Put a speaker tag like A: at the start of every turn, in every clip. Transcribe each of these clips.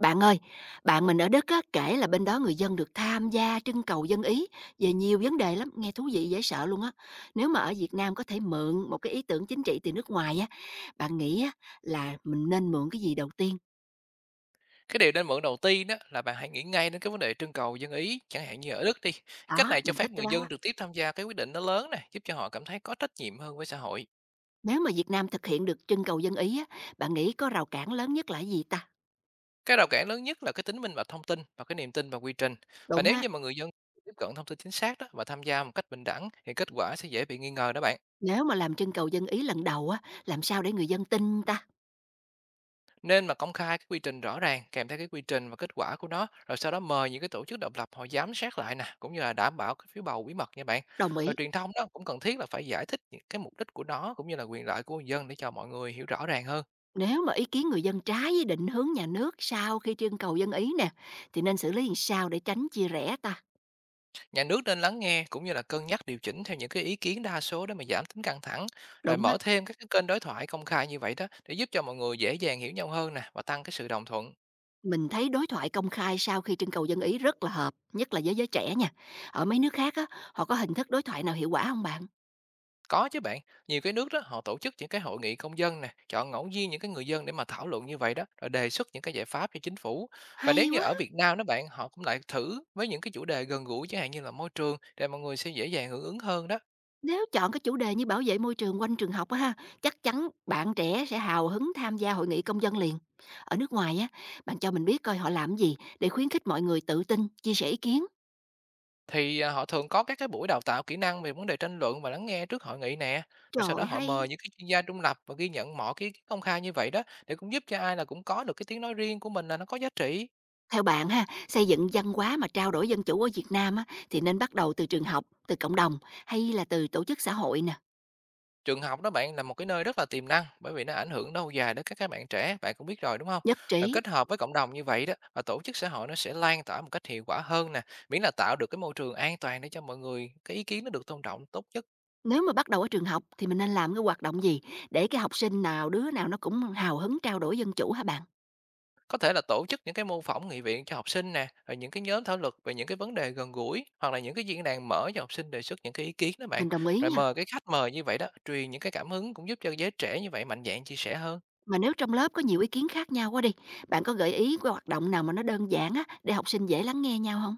A: Bạn ơi, bạn mình ở Đức á, kể là bên đó người dân được tham gia trưng cầu dân ý về nhiều vấn đề lắm, nghe thú vị dễ sợ luôn á. Nếu mà ở Việt Nam có thể mượn một cái ý tưởng chính trị từ nước ngoài á, bạn nghĩ á, là mình nên mượn cái gì đầu tiên?
B: Cái điều nên mượn đầu tiên đó là bạn hãy nghĩ ngay đến cái vấn đề trưng cầu dân ý, chẳng hạn như ở Đức đi. Cái cách
A: Đó,
B: này cho
A: mình
B: phép
A: thích cái
B: người
A: đó.
B: dân trực tiếp tham gia cái quyết định nó lớn này, giúp cho họ cảm thấy có trách nhiệm hơn với xã hội.
A: Nếu mà Việt Nam thực hiện được trưng cầu dân ý á, bạn nghĩ có rào cản lớn nhất là cái gì ta?
B: Cái rào cản lớn nhất là cái tính minh bạch thông tin và cái niềm tin vào quy trình. Và
A: Đúng
B: nếu
A: á,
B: như mà người dân tiếp cận thông tin chính xác đó và tham gia một cách bình đẳng thì kết quả sẽ dễ bị nghi ngờ đó bạn.
A: nếu mà làm trưng cầu dân ý lần đầu á, làm sao để người dân tin ta?
B: Nên mà công khai cái quy trình rõ ràng kèm theo cái quy trình và kết quả của nó, rồi sau đó mời những cái tổ chức độc lập họ giám sát lại nè, cũng như là đảm bảo cái phiếu bầu bí mật nha bạn.
A: Đồng
B: Rồi
A: ý.
B: truyền thông đó cũng cần thiết là phải giải thích những cái mục đích của nó, cũng như là quyền lợi của người dân để cho mọi người hiểu rõ ràng hơn.
A: Nếu mà ý kiến người dân trái với định hướng nhà nước sau khi trưng cầu dân ý nè, thì nên xử lý làm sao để tránh chia rẽ ta?
B: Nhà nước nên lắng nghe, cũng như là cân nhắc điều chỉnh theo những cái ý kiến đa số để mà giảm tính căng thẳng. Rồi
A: Đúng
B: mở
A: á,
B: thêm các cái kênh đối thoại công khai như vậy đó để giúp cho mọi người dễ dàng hiểu nhau hơn nè, và tăng cái sự đồng thuận.
A: mình thấy đối thoại công khai sau khi trưng cầu dân ý rất là hợp, nhất là với giới trẻ nha. Ở mấy nước khác á, họ có hình thức đối thoại nào hiệu quả không bạn?
B: Có chứ bạn, nhiều cái nước đó họ tổ chức những cái hội nghị công dân nè, chọn ngẫu nhiên những cái người dân để mà thảo luận như vậy đó, rồi đề xuất những cái giải pháp cho chính phủ. Và nếu
A: Hay
B: như
A: quá!
B: ở Việt Nam đó bạn, họ cũng lại thử với những cái chủ đề gần gũi chẳng hạn như là môi trường, để mọi người sẽ dễ dàng hưởng ứng hơn đó.
A: Nếu chọn cái chủ đề như bảo vệ môi trường quanh trường học á ha, chắc chắn bạn trẻ sẽ hào hứng tham gia hội nghị công dân liền. Ở nước ngoài á, bạn cho mình biết coi họ làm gì để khuyến khích mọi người tự tin, chia sẻ ý kiến.
B: Họ thường có các cái buổi đào tạo kỹ năng về vấn đề tranh luận và lắng nghe trước hội nghị nè. Rồi sau đó
A: Trời
B: họ
A: hay!
B: mời những cái chuyên gia trung lập và ghi nhận mọi cái công khai như vậy đó, để cũng giúp cho ai là cũng có được cái tiếng nói riêng của mình, là nó có giá trị.
A: Theo bạn ha, xây dựng văn hóa mà trao đổi dân chủ ở Việt Nam á, thì nên bắt đầu từ trường học, từ cộng đồng hay là từ tổ chức xã hội nè?
B: Trường học đó bạn là một cái nơi rất là tiềm năng, bởi vì nó ảnh hưởng lâu dài đến các bạn trẻ, bạn cũng biết rồi đúng không?
A: Nhất
B: Rồi
A: trí.
B: kết hợp với cộng đồng như vậy đó và tổ chức xã hội, nó sẽ lan tỏa một cách hiệu quả hơn nè, miễn là tạo được cái môi trường an toàn để cho mọi người cái ý kiến nó được tôn trọng tốt nhất.
A: Nếu mà bắt đầu ở trường học thì mình nên làm cái hoạt động gì để cái học sinh nào đứa nào nó cũng hào hứng trao đổi dân chủ hả bạn?
B: Có thể là tổ chức những cái mô phỏng nghị viện cho học sinh nè, rồi những cái nhóm thảo luận về những cái vấn đề gần gũi, hoặc là những cái diễn đàn mở cho học sinh đề xuất những cái ý kiến đó bạn.
A: Mình đồng ý
B: Rồi
A: nha.
B: mời cái khách mời như vậy đó, truyền những cái cảm hứng, cũng giúp cho giới trẻ như vậy mạnh dạn chia sẻ hơn.
A: Mà nếu trong lớp có nhiều ý kiến khác nhau quá đi, bạn có gợi ý cái hoạt động nào mà nó đơn giản á để học sinh dễ lắng nghe nhau không?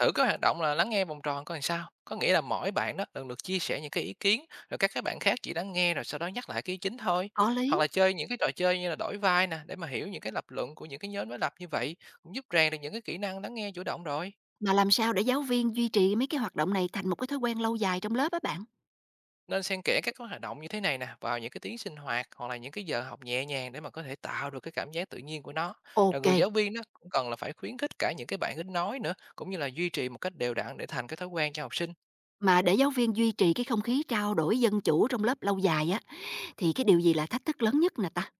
B: Thử cái hoạt động là lắng nghe vòng tròn coi làm sao. Có nghĩa là mỗi bạn đó lần lượt chia sẻ những cái ý kiến, rồi các cái bạn khác chỉ lắng nghe, rồi sau đó nhắc lại cái ý chính thôi.
A: Có lý.
B: Hoặc là chơi những cái trò chơi như là đổi vai nè, để mà hiểu những cái lập luận của những cái nhóm đối lập như vậy, cũng giúp rèn được những cái kỹ năng lắng nghe chủ động rồi.
A: Mà làm sao để giáo viên duy trì mấy cái hoạt động này thành một cái thói quen lâu dài trong lớp á bạn?
B: Nên xen kẽ các cái hoạt động như thế này nè vào những cái tiếng sinh hoạt, hoặc là những cái giờ học nhẹ nhàng, để mà có thể tạo được cái cảm giác tự nhiên của nó. Rồi
A: Ok.
B: người giáo viên đó cũng cần là phải khuyến khích cả những cái bạn ít nói nữa, cũng như là duy trì một cách đều đặn để thành cái thói quen cho học sinh.
A: Mà để giáo viên duy trì cái không khí trao đổi dân chủ trong lớp lâu dài á, thì cái điều gì là thách thức lớn nhất nè ta?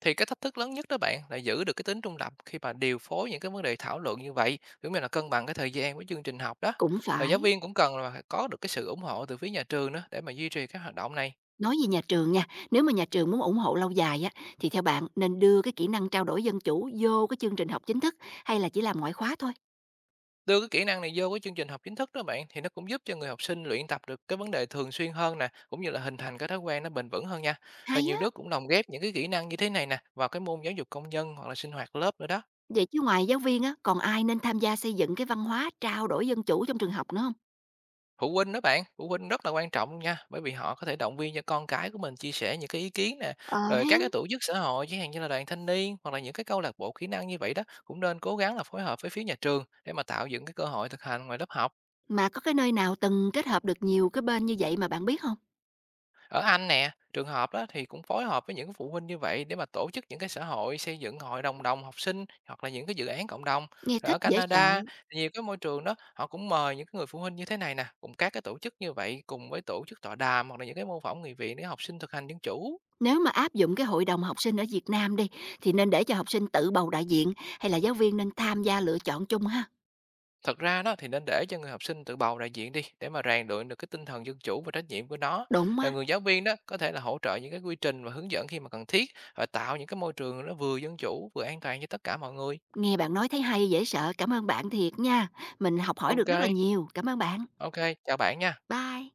B: Thì cái thách thức lớn nhất đó bạn là giữ được cái tính trung lập khi mà điều phối những cái vấn đề thảo luận như vậy, cũng như là cân bằng cái thời gian với chương trình học đó.
A: Cũng
B: Rồi giáo
A: phải.
B: viên cũng cần là phải có được cái sự ủng hộ từ phía nhà trường nữa, để mà duy trì các hoạt động này.
A: Nói về nhà trường nha, nếu mà nhà trường muốn ủng hộ lâu dài á, thì theo bạn nên đưa cái kỹ năng trao đổi dân chủ vô cái chương trình học chính thức hay là chỉ làm ngoại khóa thôi?
B: Đưa cái kỹ năng này vô cái chương trình học chính thức đó bạn, thì nó cũng giúp cho người học sinh luyện tập được cái vấn đề thường xuyên hơn nè, cũng như là hình thành cái thói quen nó bền vững hơn nha. Rồi
A: Hay
B: nhiều
A: á,
B: nước cũng lồng ghép những cái kỹ năng như thế này nè vào cái môn giáo dục công dân, hoặc là sinh hoạt lớp nữa đó.
A: vậy chứ ngoài giáo viên á, còn ai nên tham gia xây dựng cái văn hóa trao đổi dân chủ trong trường học nữa không?
B: Phụ huynh đó bạn, phụ huynh rất là quan trọng luôn nha, bởi vì họ có thể động viên cho con cái của mình chia sẻ những cái ý kiến nè,
A: Ờ
B: rồi các
A: hén,
B: cái tổ chức xã hội chẳng hạn như là đoàn thanh niên, hoặc là những cái câu lạc bộ kỹ năng như vậy đó, cũng nên cố gắng là phối hợp với phía nhà trường để mà tạo dựng cái cơ hội thực hành ngoài lớp học.
A: mà có cái nơi nào từng kết hợp được nhiều cái bên như vậy mà bạn biết không?
B: Ở Anh nè, trường học đó thì cũng phối hợp với những cái phụ huynh như vậy để mà tổ chức những cái xã hội, xây dựng hội đồng đồng học sinh, hoặc là những cái dự án cộng đồng.
A: Nghe
B: Rồi
A: thích
B: ở
A: dễ sợ.
B: Canada, nhiều cái môi trường đó họ cũng mời những cái người phụ huynh như thế này nè, cùng các cái tổ chức như vậy, cùng với tổ chức tọa đàm, hoặc là những cái mô phỏng nghị viện để học sinh thực hành dân chủ.
A: Nếu mà áp dụng cái hội đồng học sinh ở Việt Nam đi, thì nên để cho học sinh tự bầu đại diện hay là giáo viên nên tham gia lựa chọn chung ha?
B: Thật ra đó thì nên để cho người học sinh tự bầu đại diện đi, để mà rèn luyện được cái tinh thần dân chủ và trách nhiệm của nó.
A: Đúng á,
B: Rồi người giáo viên đó có thể là hỗ trợ những cái quy trình và hướng dẫn khi mà cần thiết, và tạo những cái môi trường nó vừa dân chủ vừa an toàn cho tất cả mọi người.
A: nghe bạn nói thấy hay dễ sợ. Cảm ơn bạn thiệt nha, mình học hỏi được rất là
B: OK.
A: nhiều. Cảm ơn bạn.
B: OK, chào bạn nha.
A: Bye.